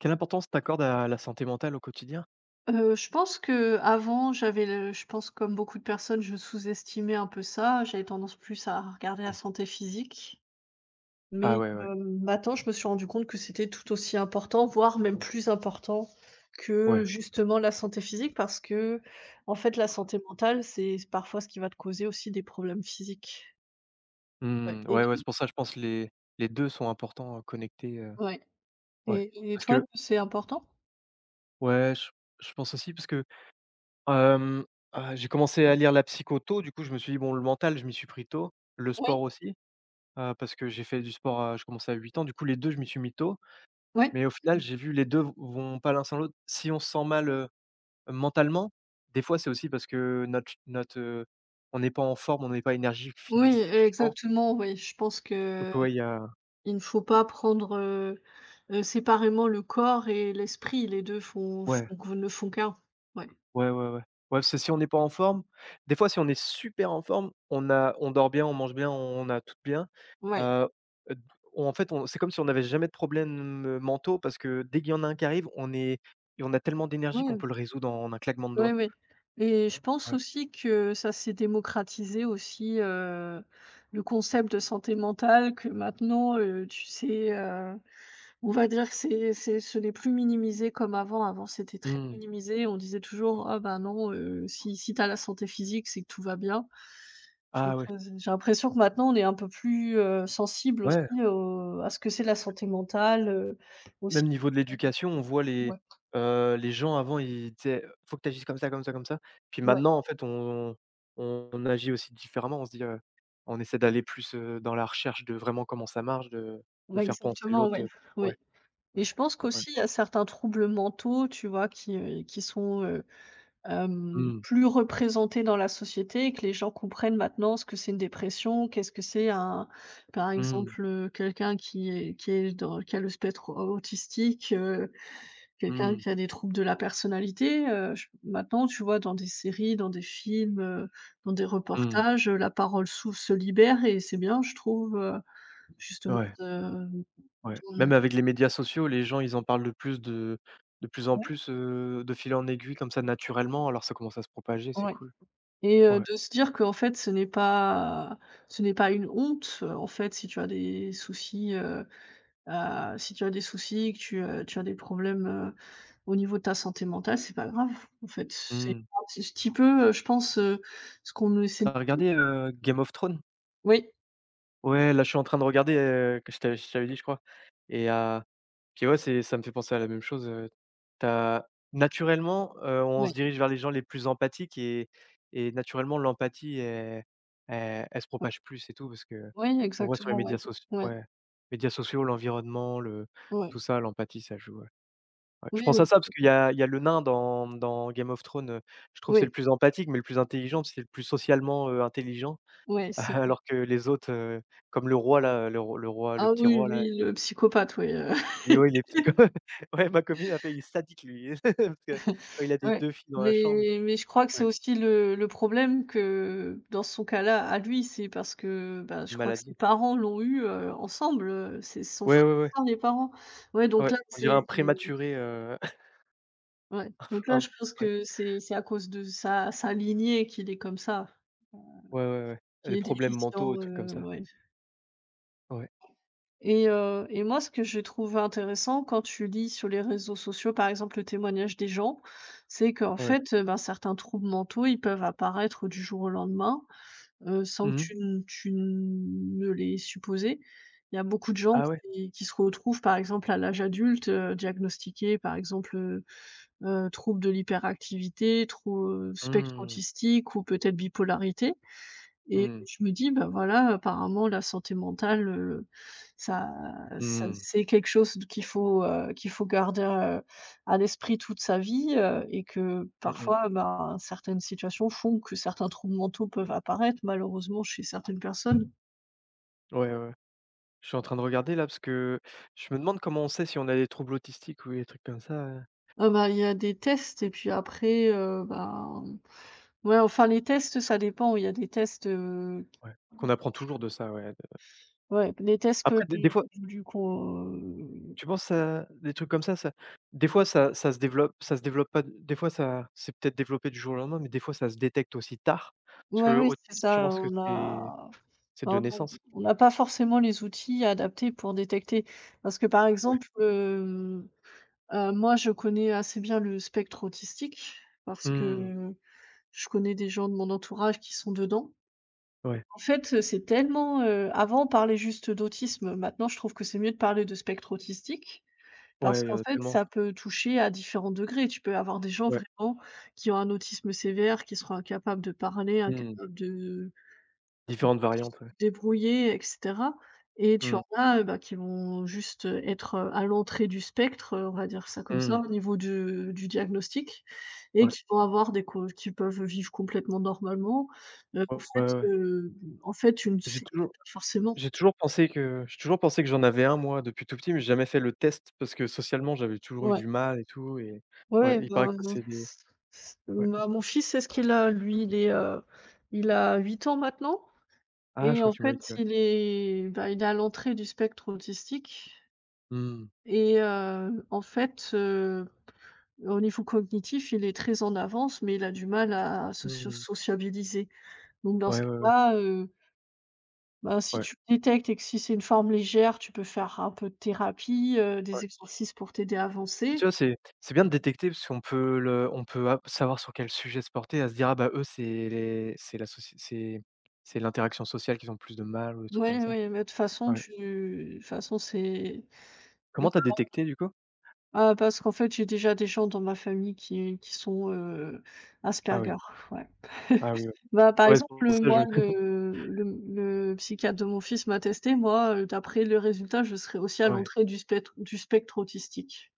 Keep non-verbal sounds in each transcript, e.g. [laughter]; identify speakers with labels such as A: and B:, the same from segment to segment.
A: Quelle importance t'accordes à la santé mentale au quotidien?
B: Je pense que avant j'avais le je pense comme beaucoup de personnes, je sous-estimais un peu ça. J'avais tendance plus à regarder la
A: Mmh.
B: santé physique. Mais,
A: Ah ouais, ouais,
B: maintenant, je me suis rendu compte que c'était tout aussi important, voire même plus important
A: ouais.
B: que justement la santé physique parce que en fait, la santé mentale, c'est parfois ce qui va te causer aussi des problèmes physiques. Ouais,
A: Mmh,
B: et
A: ouais, ouais, c'est pour
B: toi?
A: ça, je pense les 2 sont importants, connectés,
B: Ouais,
A: ouais.
B: et
A: Parce
B: toi,
A: que
B: c'est important?
A: ouais, je pense aussi parce que, hem, j'ai commencé à lire la psycho tôt, du coup, je me suis dit: «Bon, le mental, je m'y suis pris tôt, le sport
B: Oui.
A: aussi», parce que j'ai fait du sport, je commençais à 8 ans, du coup, les 2 je m'y suis mis tôt.
B: Ouais.
A: Mais au final, j'ai vu les 2 v vont pas l'un sans l'autre. Si on se sent mal, mentalement, des fois, c'est aussi parce que on n'est pas en forme, on n'est pas énergique
B: Oui,
A: physiquement.
B: exactement, oui. Je pense
A: Donc
B: que
A: ouais, il y a.
B: Il ne faut pas prendre, séparément le corps et l'esprit, les 2 font
A: Ouais,
B: font ne font qu'un. Ouais,
A: ouais, ouais, ouais. Ouais, parce que si on n'est pas en forme des fois, si on est super en forme, on dort bien, on mange bien, on a tout bien.
B: ouais,
A: Heu, d En fait, on c'est comme si on n'avait jamais de problèmes, mentaux parce que dès qu'il y en a un qui arrive, on est et on a tellement d'énergie qu'on
B: ouais,
A: peut le résoudre en un claquement de
B: ouais,
A: doigts.
B: ouais, et je pense
A: Ouais.
B: aussi que ça s'est démocratisé aussi, le concept de santé mentale que maintenant, tu sais, on va dire que c'est ce n'est plus minimisé comme avant. Avant, c'était très
A: Mmh.
B: minimisé. On disait toujours: «Ah ben non, si tu as la santé physique, c'est que tout va bien».
A: Ah ouais.
B: J'ai l'impression que maintenant on est un peu plus, sensible aussi
A: Ouais.
B: au à ce que c'est la santé mentale, aussi.
A: Même niveau de l'éducation, on voit
B: Ouais,
A: les gens avant ils disaient: «Faut que tu agisses comme ça, comme ça, comme ça». Puis
B: ouais,
A: maintenant en fait on agit aussi différemment. On se dit, on essaie d'aller plus, dans la recherche de vraiment comment ça marche, de
B: ouais,
A: faire penser
B: exactement,
A: l'autre,
B: ouais,
A: ouais,
B: oui. Et je pense
A: ouais.
B: qu'aussi il y a certains troubles mentaux, tu vois, qui sont,
A: Mm.
B: plus représentés dans la société et que les gens comprennent maintenant ce que c'est une dépression, qu'est-ce que c'est un par
A: Mm.
B: exemple, quelqu'un qui est dans qui a le spectre au autistique. Quelqu'un
A: Mm.
B: qui a des troubles de la personnalité, j maintenant, tu vois, dans des séries, dans des films, dans des
A: Mmh.
B: reportages, la parole s'ouv se libère et c'est bien, je trouve, justement
A: Ouais,
B: de
A: ouais.
B: de
A: Même avec les médias sociaux, les gens ils en parlent de plus en
B: Ouais,
A: plus, de fil en aiguille comme ça naturellement, alors ça commence à se propager, c'est
B: ouais.
A: cool.
B: Et
A: Ouais.
B: de se dire qu'en fait, ce n'est pas une honte, en fait, si tu as des soucis, si tu as des soucis, que tu, tu as des problèmes, au niveau de ta santé mentale, c'est pas grave, en fait. C'est
A: Mmh.
B: un petit peu, je pense, ce qu'on essaie de
A: Tu
B: dire.
A: regardé, Game of Thrones?
B: Oui,
A: Ouais, là, je suis en train de regarder, que je t'avais dit, je crois. Et puis ouais, c'est ça me fait penser à la même chose, tu naturellement, on se
B: ouais.
A: dirige vers les gens les plus empathiques et naturellement l'empathie elle se
B: Heu,
A: propage plus, et tout, parce que
B: oui,
A: on voit sur les
B: exactement, ouais.
A: médias sociaux,
B: Ouais,
A: ouais, médias sociaux, l'environnement, le tout
B: ouais.
A: ça, l'empathie, ça joue, ouais. Ouais, je
B: Oui,
A: pense à
B: oui,
A: ça parce qu'il y a le nain dans Game of Thrones, je trouve que c'est le
B: oui,
A: plus empathique, mais le plus intelligent, parce que c'est le plus socialement, intelligent.
B: ouais,
A: [laughs]
B: c'est vrai.
A: Alors que les autres, comme le roi là, le
B: Ah
A: petit
B: oui,
A: roi là,
B: lui, le psychopathe, oui, [laughs]
A: il est, ouais, il est psycho. [laughs] Ouais, ma copine a fait il est sadique lui. [laughs] Parce que quand il a des
B: ouais.
A: 2 filles dans la chambre,
B: Mais
A: il
B: mais je crois que c'est
A: ouais,
B: aussi le problème que dans son cas-là, à lui, c'est parce que, bah, je
A: une
B: crois que ses
A: maladie.
B: parents l'ont eu, ensemble, c'est son
A: Ouais,
B: frère
A: ouais,
B: et
A: ouais,
B: sœur, les parents. Ouais, donc
A: ouais,
B: là,
A: on dirait un
B: c'est.
A: prématuré, [laughs]
B: Ouais, donc là,
A: un ouais,
B: je pense
A: ouais,
B: que c'est à cause de sa lignée qu'il est comme ça,
A: ouais, ouais,
B: qu'il
A: des
B: est
A: problèmes mentaux,
B: déficient,
A: des trucs comme ça.
B: ouais.
A: Ouais,
B: Et moi, ce que j'ai trouvé intéressant quand tu lis sur les réseaux sociaux, par exemple, le témoignage des gens, c'est qu'en
A: ouais.
B: fait, ben, certains troubles mentaux, ils peuvent apparaître du jour au lendemain, sans que
A: Mmh.
B: tu ne les aies. Il y a beaucoup de gens
A: Ah ouais?
B: qui se retrouvent, par exemple, à l'âge adulte, diagnostiqués, par exemple, troubles de l'hyperactivité, trou spectre
A: Mmh.
B: autistique ou peut-être bipolarité, et
A: Mmh.
B: je me dis: «Bah, voilà, apparemment la santé mentale, ça
A: Mmh.
B: c'est quelque chose qu'il faut garder, à l'esprit toute sa vie, et que
A: Mmh mh.
B: parfois, ben, certaines situations font que certains troubles mentaux peuvent apparaître malheureusement chez certaines personnes».
A: Ouais, ouais, ouais. Je suis en train de regarder là, parce que je me demande comment on sait si on a des troubles autistiques ou des trucs comme ça,
B: Ah bah, il y a des tests et puis après, ben, ouais, enfin les tests
A: parce que-
B: ça dépend. Il y a des tests,
A: ouais, qu'on apprend toujours de ça, ouais, de
B: ouais, les tests que
A: après des fois.
B: du qu'on
A: Tu penses à des trucs comme ça, des fois ça se développe, ça se développe pas, des fois ça c'est peut-être développé du jour au lendemain, mais des fois ça se détecte aussi tard? Parce que
B: ouais, oui, c'est
A: autisme, je
B: ça,
A: pense que
B: on
A: c'est
B: a
A: c'est de
B: Bah,
A: naissance?
B: on n'a pas forcément les outils adaptés pour détecter. Parce que par
A: Ouais.
B: exemple, moi je connais assez bien le spectre autistique parce
A: Mmh.
B: que je connais des gens de mon entourage qui sont dedans.
A: Ouais,
B: En fait, c'est tellement, avant on parlait juste d'autisme, maintenant je trouve que c'est mieux de parler de spectre autistique parce
A: ouais, il y
B: qu'en
A: en a
B: fait
A: tellement.
B: ça peut toucher à différents degrés. Tu peux avoir des gens
A: Ouais.
B: vraiment qui ont un autisme sévère, qui seront incapables de parler,
A: Mmh.
B: incapables de
A: Différentes variantes, ouais.
B: débrouiller, et cetera. Et tu
A: Mmh.
B: en as, bah, qui vont juste, être, à l'entrée du spectre, on va dire ça comme
A: Mmh.
B: ça, au niveau du diagnostic et
A: Ouais.
B: qui vont avoir des cau qui peuvent vivre complètement normalement. En
A: Ouais, ouais,
B: fait,
A: ouais.
B: une
A: J'ai
B: c'est pas
A: toujours
B: forcément.
A: j'ai toujours pensé que j'en avais un moi depuis tout petit, mais j'ai jamais fait le test parce que socialement j'avais toujours eu
B: Ouais,
A: du mal et tout, ouais,
B: ouais,
A: il paraît
B: bah,
A: que ça
B: mon
A: c'est des
B: s
A: Ouais.
B: bah, mon fils, c'est ce qu'il a, lui, il est, il a 8 ans maintenant
A: Ah je
B: et
A: crois
B: en
A: que tu m'avais dit,
B: fait,
A: ouais.
B: il est, bah, il est à l'entrée du spectre autistique.
A: Mmh.
B: Et en fait, au niveau cognitif, il est très en avance, mais il a du mal à socio
A: Mmh.
B: sociabiliser. Donc dans ce
A: Ouais, ouais, ouais.
B: cas-là, bah, si
A: Ouais,
B: tu le détectes et que si c'est une forme légère, tu peux faire un peu de thérapie,
A: ouais.
B: des exercices pour t'aider à
A: Tu
B: avancer.
A: vois, c'est bien de détecter parce qu'on peut ap savoir sur quel sujet se porter, à se dire: «Ah bah, eux, c'est les c'est la soci c'est l'interaction sociale qu'ils ont plus de mal» ou des trucs
B: Ouais,
A: comme ça.
B: ouais, mais de toute façon,
A: Ouais.
B: tu de toute façon, c'est
A: Comment t'as
B: [clears throat]
A: détecté du coup?
B: ah, parce qu'en fait, j'ai déjà des gens dans ma famille qui sont,
A: Ah oui,
B: Asperger, ouais.
A: ah oui,
B: [laughs]
A: ouais.
B: Bah, par
A: Ouais, c'est
B: exemple,
A: pour ça que
B: moi,
A: je [laughs]
B: le psychiatre de mon fils m'a testé, moi, d'après le résultat, je serais aussi à
A: ouais,
B: l'entrée du spectre autistique.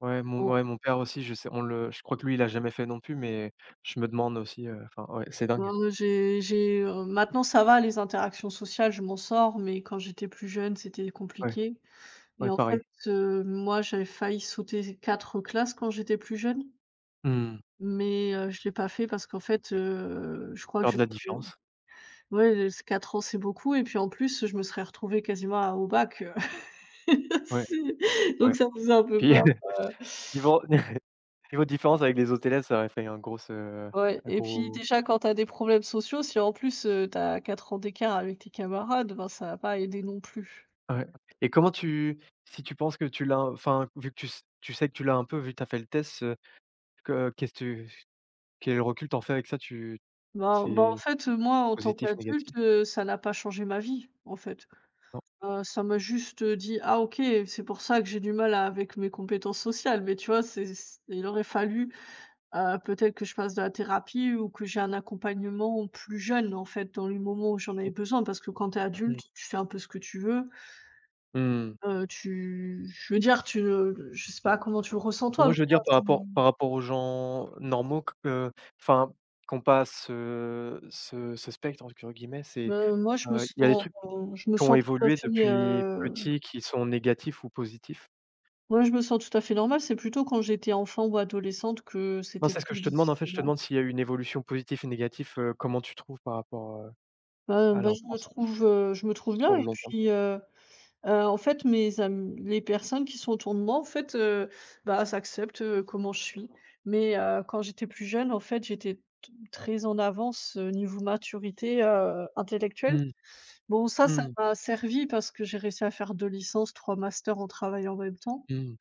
B: Bon,
A: ouais, mon père aussi, je sais on le je crois que lui, il a jamais fait non plus, mais je me demande aussi, enfin, ouais, c'est dingue.
B: maintenant ça va, les interactions sociales, je m'en sors, mais quand j'étais plus jeune, c'était
A: Ouais,
B: compliqué. Et
A: ouais,
B: en
A: pareil.
B: fait, moi, j'avais failli sauter 4 classes quand j'étais plus jeune,
A: Mmh.
B: mais je l'ai pas fait parce qu'en fait, je crois que
A: Peur
B: je
A: de la différence.
B: ouais, les ans, c'est beaucoup et puis en plus, je me serais retrouvée quasiment au bac, [laughs]
A: Ouais,
B: Si,
A: ouais.
B: donc ça faisait un peu
A: Puis
B: peur,
A: [laughs]
B: heu,
A: niveau [laughs] niveau différence avec les autres élèves, ça aurait fait
B: ouais,
A: un
B: et puis
A: gros.
B: déjà quand tu as des problèmes sociaux, si en plus, tu as 4 ans d'écart avec tes camarades, ben, ça va pas aider non plus.
A: Ouais et comment tu si tu penses que tu l'as enfin, vu que tu sais que tu l'as un peu vu que tu as fait le test, que qu'est-ce que quel recul t'en fais avec ça? Tu
B: En
A: c'est
B: fait, moi en tant
A: positif,
B: qu'adulte,
A: négatif?
B: ça n'a pas changé ma vie, en fait.
A: Non?
B: Ça m'a juste, dit: «Ah OK, c'est pour ça que j'ai du mal à avec mes compétences sociales», mais tu vois, c'est c il aurait fallu peut-être que je fasse de la thérapie ou que j'ai un accompagnement plus jeune, en fait, dans les moments où j'en avais
A: Mmh
B: besoin. Parce que quand tu es adulte,
A: mh.
B: tu fais un peu ce que tu veux.
A: Mmh.
B: Tu je veux dire, tu le je sais pas comment tu le ressens toi.
A: Moi, je veux dire par rapport aux gens normaux q enfin, qu'on passe ce «spectre» entre guillemets,
B: Moi,
A: il y a des trucs
B: je me
A: qui ont
B: sens
A: évolué depuis petit qui sont négatifs ou positifs?
B: ouais, je me sens tout à fait normal. C'est plutôt quand j'étais enfant ou adolescente que
A: Non,
B: c'était
A: c'est ce que
B: plus
A: je te demande en fait, je
B: difficile,
A: te
B: ouais.
A: demande s'il y a eu une évolution positive et négative, comment tu trouves par rapport,
B: Bah,
A: à
B: bah,
A: l'enfance?
B: je me trouve bien
A: Sur
B: et
A: le long terme.
B: puis, en fait, mes am les personnes qui sont autour de moi, en fait, bah, s'acceptent acceptent, comment je suis. Mais, quand j'étais plus jeune, en fait, j'étais t très en avance, niveau maturité, intellectuelle.
A: Mmh.
B: Bon, ça
A: Mmh.
B: m'a servi parce que j'ai réussi à faire 2 licences, 3 masters en travaillant en même temps.
A: Mmh.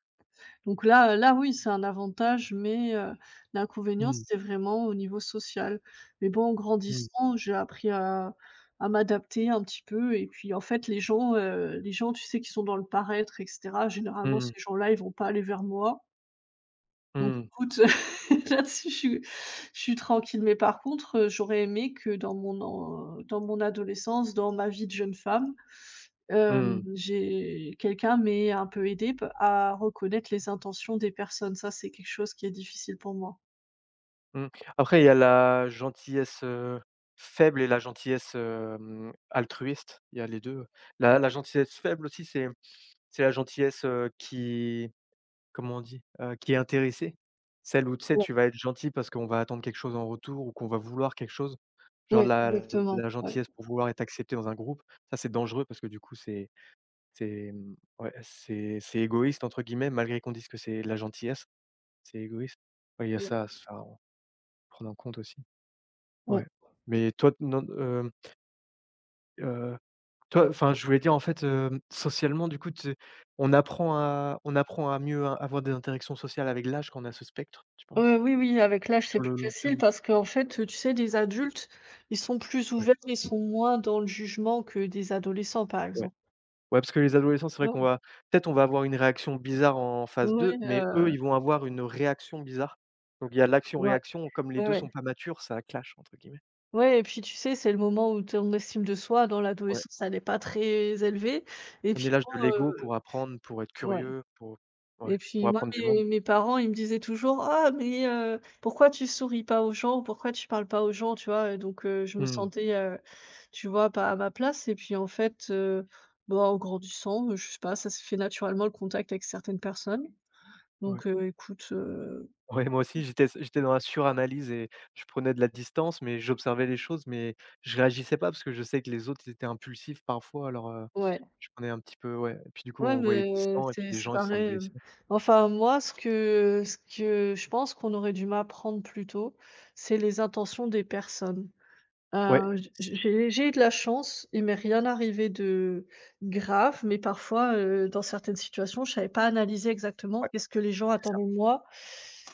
B: Donc là, là oui, c'est un avantage, mais l'inconvénient,
A: Mmh.
B: c'était vraiment au niveau social. Mais bon, en
A: Mmh.
B: grandissant, j'ai appris à m'adapter un petit peu et puis en fait, les gens, tu sais, qui sont dans le paraître, et cetera, généralement,
A: Mmh.
B: ces gens-là, ils vont pas aller vers moi. Donc
A: Mmh.
B: écoute, [laughs] là-dessus, je suis tranquille. Mais par contre, j'aurais aimé que dans mon adolescence, dans ma vie de jeune femme,
A: Mmh.
B: j'ai quelqu'un m'ait un peu aidée p à reconnaître les intentions des personnes. Ça, c'est quelque chose qui est difficile pour moi.
A: Mmh. Après, il y a la gentillesse, faible et la gentillesse, altruiste. Il y a les 2. La gentillesse faible aussi, c'est la gentillesse, qui comment on dit? Qui est intéressée. Celle où, tu sais,
B: Ouais,
A: tu vas être gentil parce qu'on va attendre quelque chose en retour ou qu'on va vouloir quelque chose. Genre
B: ouais,
A: la
B: exactement,
A: la
B: ouais.
A: gentillesse pour vouloir être accepté dans un groupe. Ça, c'est dangereux parce que du coup, C'est, mmh, ouais, c'est «égoïste» entre guillemets, malgré qu'on dise que c'est de la gentillesse, c'est égoïste. Ouais, il y a
B: Mmh.
A: ça à se faire en prendre en compte aussi,
B: Ouais.
A: ouais. Mais toi, non, heu, toi enfin, je voulais dire en fait, socialement du coup, tu on apprend à mieux avoir des interactions sociales avec l'âge quand on a ce spectre, tu penses?
B: Ouais, oui, oui, avec l'âge, c'est
A: Sur
B: plus
A: le long
B: facile
A: terme?
B: parce qu'en fait, tu sais, des adultes, ils sont plus
A: Ouais,
B: ouverts, ils sont moins dans le jugement que des adolescents, par
A: ouais.
B: exemple.
A: Ouais, parce que les adolescents, c'est vrai qu'on
B: Ouais,
A: va peut-être on va avoir une réaction bizarre en phase
B: ouais,
A: deux mais eux, ils vont avoir une réaction bizarre. Donc il y a
B: ouais,
A: l'action-réaction, comme les
B: ouais,
A: 2
B: ouais.
A: sont pas matures, ça clash entre guillemets.
B: Ouais, et puis, tu sais, c'est le moment où ton estime de soi dans
A: Ouais,
B: l'adolescence, elle est pas très élevée et
A: on
B: puis
A: est l'âge de
B: bon,
A: l'ego pour apprendre, pour être
B: ouais.
A: curieux, pour,
B: Et
A: ouais, pour
B: puis moi,
A: apprendre du monde.
B: mes parents, ils me disaient toujours: «Ah mais pourquoi tu souris pas aux gens? Pourquoi tu parles pas aux gens?» tu vois? Donc je me
A: Mmh,
B: sentais, tu vois, pas à ma place et puis en fait, bah, en grandissant, je sais pas, ça se fait naturellement le contact avec certaines personnes.
A: ouais.
B: Donc écoute,
A: Ouais, moi aussi, j'étais dans la suranalyse et je prenais de la distance, mais j'observais les choses, mais je réagissais pas parce que je sais que les autres, ils étaient impulsifs parfois, alors,
B: ouais.
A: je prenais un petit peu, ouais. Et puis du coup,
B: Ouais,
A: on voyait
B: mais
A: distant et puis
B: c'est
A: les
B: c'est
A: gens, ils se sentent
B: pareil,
A: blessés.
B: enfin moi, ce que je pense qu'on aurait dû m'apprendre plus tôt, c'est les intentions des personnes.
A: Ouais,
B: Heu, j
A: c
B: j'ai eu de la chance, il m'est rien arrivé de grave, mais parfois, dans certaines situations, je savais pas analyser exactement
A: ouais,
B: qu'est-ce que les gens
A: c'est ça.
B: attendaient de moi.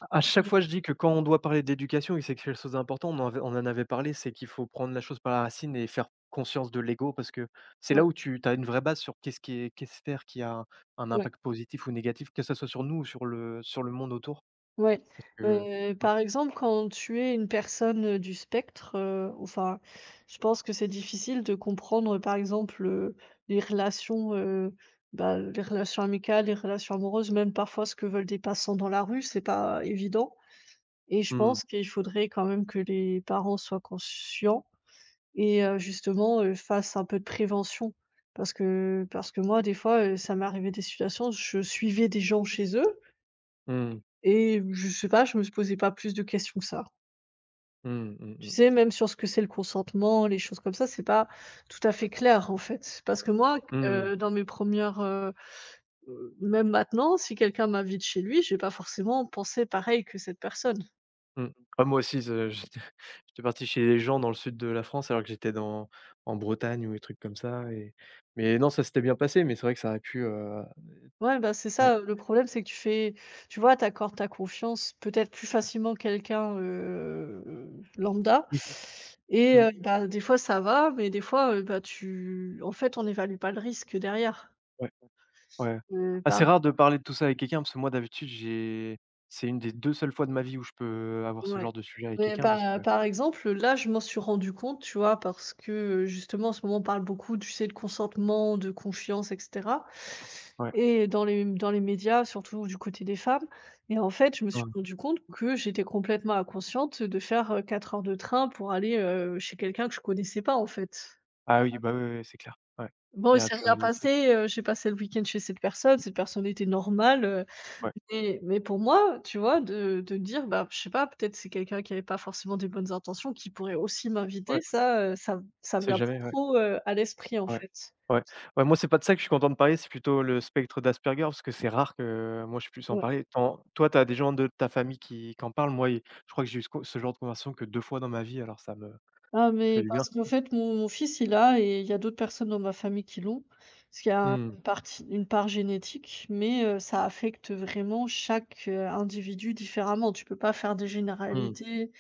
A: À chaque fois, je dis que quand on doit parler d'éducation et que c'est quelque chose d'important, on en avait parlé, c'est qu'il faut prendre la chose par la racine et faire conscience de l'ego parce que c'est là
B: Mmh.
A: où tu as une vraie base sur qu'est-ce faire qui a un
B: Ouais,
A: impact positif ou négatif, que ça soit sur nous ou sur le monde autour.
B: ouais,
A: Parce que
B: ouais. Heu,
A: ouais.
B: par exemple, quand tu es une personne, du spectre, enfin, je pense que c'est difficile de comprendre, par exemple, les relations, bah, les relations amicales, les relations amoureuses, même parfois ce que veulent des passants dans la rue, c'est pas évident. Et je
A: Mmh.
B: pense qu'il faudrait quand même que les parents soient conscients et justement, fassent un peu de prévention. Parce que moi, des fois, ça m'est arrivé des situations, je suivais des gens chez eux
A: Mmh.
B: et je sais pas, je me posais pas plus de questions que ça.
A: Mmh. Mmh mh.
B: Tu sais, même sur ce que c'est le consentement, les choses comme ça, c'est pas tout à fait clair, en fait. Parce que moi,
A: Mmh.
B: dans mes premières res même maintenant, si quelqu'un m'invite chez lui, je vais pas forcément penser pareil que cette personne.
A: Mmh. Ah moi aussi, ce [laughs] j'étais parti chez les gens dans le sud de la France alors que j'étais dans en Bretagne ou des trucs comme ça et mais non, ça s'était bien passé, mais c'est vrai que ça aurait pu,
B: Ouais, bah, c'est
A: ouais.
B: ça, le problème, c'est que tu vois, t'accordes ta confiance peut-être plus facilement que quelqu'un, lambda
A: Oui.
B: et
A: Mmh.
B: bah, des fois ça va, mais des fois, bah, tu en fait, on évalue pas le risque derrière,
A: Ouais. Ouais. Ah, c'est
B: heu,
A: rare de parler de tout ça avec quelqu'un parce que moi d'habitude j'ai c'est une des 2 seules fois de ma vie où je peux avoir ce
B: Ouais.
A: genre de sujet avec
B: Mais
A: quelqu'un parce que
B: par exemple, là, je m'en suis rendu compte, tu vois? Parce que, justement, en ce moment, on parle beaucoup, tu sais, de consentement, de confiance, et cetera,
A: ouais,
B: et dans les médias, surtout du côté des femmes, et en fait, je me suis
A: hein.
B: rendu compte que j'étais complètement inconsciente de faire, 4 heures de train pour aller, chez quelqu'un que je connaissais pas, en fait.
A: Ah oui, bah, oui, oui, oui, c'est clair. Ouais.
B: Bon,
A: Il y
B: il
A: a
B: s'est
A: pu
B: rien
A: arriver des trucs.
B: passé, j'ai passé le week-end chez cette personne était normale,
A: Ouais,
B: mais pour moi, tu vois, de dire, bah, je sais pas, peut-être c'est quelqu'un qui avait pas forcément des bonnes intentions qui pourrait aussi m'inviter,
A: ouais,
B: ça, ça me
A: c'est
B: vient pas
A: jamais ouais,
B: trop, à l'esprit, en
A: ouais,
B: fait.
A: ouais. Ouais, moi c'est pas de ça que je suis content de parler, c'est plutôt le spectre d'Asperger parce que c'est rare que moi je puisse en
B: Ouais.
A: parler. Tant toi, tu as des gens de ta famille qui en parlent, moi, je crois que j'ai eu ce genre de conversation que 2 fois dans ma vie alors
B: Ah,
A: ça fait
B: mais
A: du bien.
B: parce qu'en fait, mon fils, il a et il y a d'autres personnes dans ma famille qui l'ont. Parce qu'il y a
A: Mmh.
B: une part génétique, mais ça affecte vraiment chaque, individu différemment. Tu peux pas faire des
A: Mmh.
B: généralités.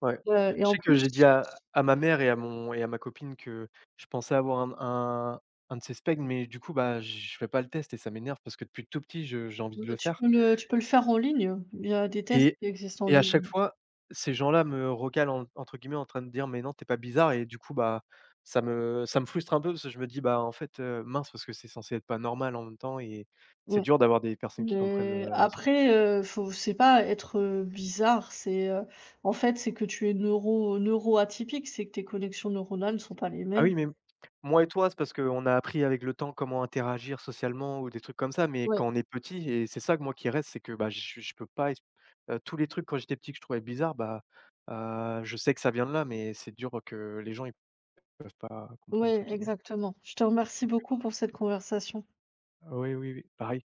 A: Ouais.
B: Et
A: Je
B: en
A: sais que
B: plus,
A: j'ai dit à ma mère et à mon et à ma copine que je pensais avoir un de ces specs, mais du coup, bah, je fais pas le test et ça m'énerve parce que depuis tout petit, je j'ai envie de le faire
B: tu peux le faire en ligne. Il y a des tests
A: et
B: qui existent en
A: et à chaque
B: ligne.
A: fois, ces gens-là me «recalent» en entre guillemets en train de dire: «Mais non, t'es pas bizarre» et du coup, bah, ça me frustre un peu parce que je me dis: «Bah, en fait, mince» parce que c'est censé être pas normal en même temps et c'est
B: Ouais.
A: dur d'avoir des personnes qui comprennent,
B: Mais
A: ce.
B: après, faut c'est pas être, bizarre, en fait, c'est que tu es neuroatypique, c'est que tes connexions neuronales ne sont pas les
A: Ah
B: mêmes.
A: oui, mais moi et toi, c'est parce qu'on a appris avec le temps comment interagir socialement ou des trucs comme ça, mais
B: Ouais,
A: quand on est petit et c'est ça que moi qui reste, c'est que, bah, je peux pas ex tous les trucs quand j'étais petit que je trouvais bizarre. Bah, je sais que ça vient de là, mais c'est dur que les gens ils peuvent pas comprendre entre
B: ouais,
A: guillemets.
B: exactement. Je te remercie beaucoup pour cette conversation.
A: Oui, oui, oui, pareil.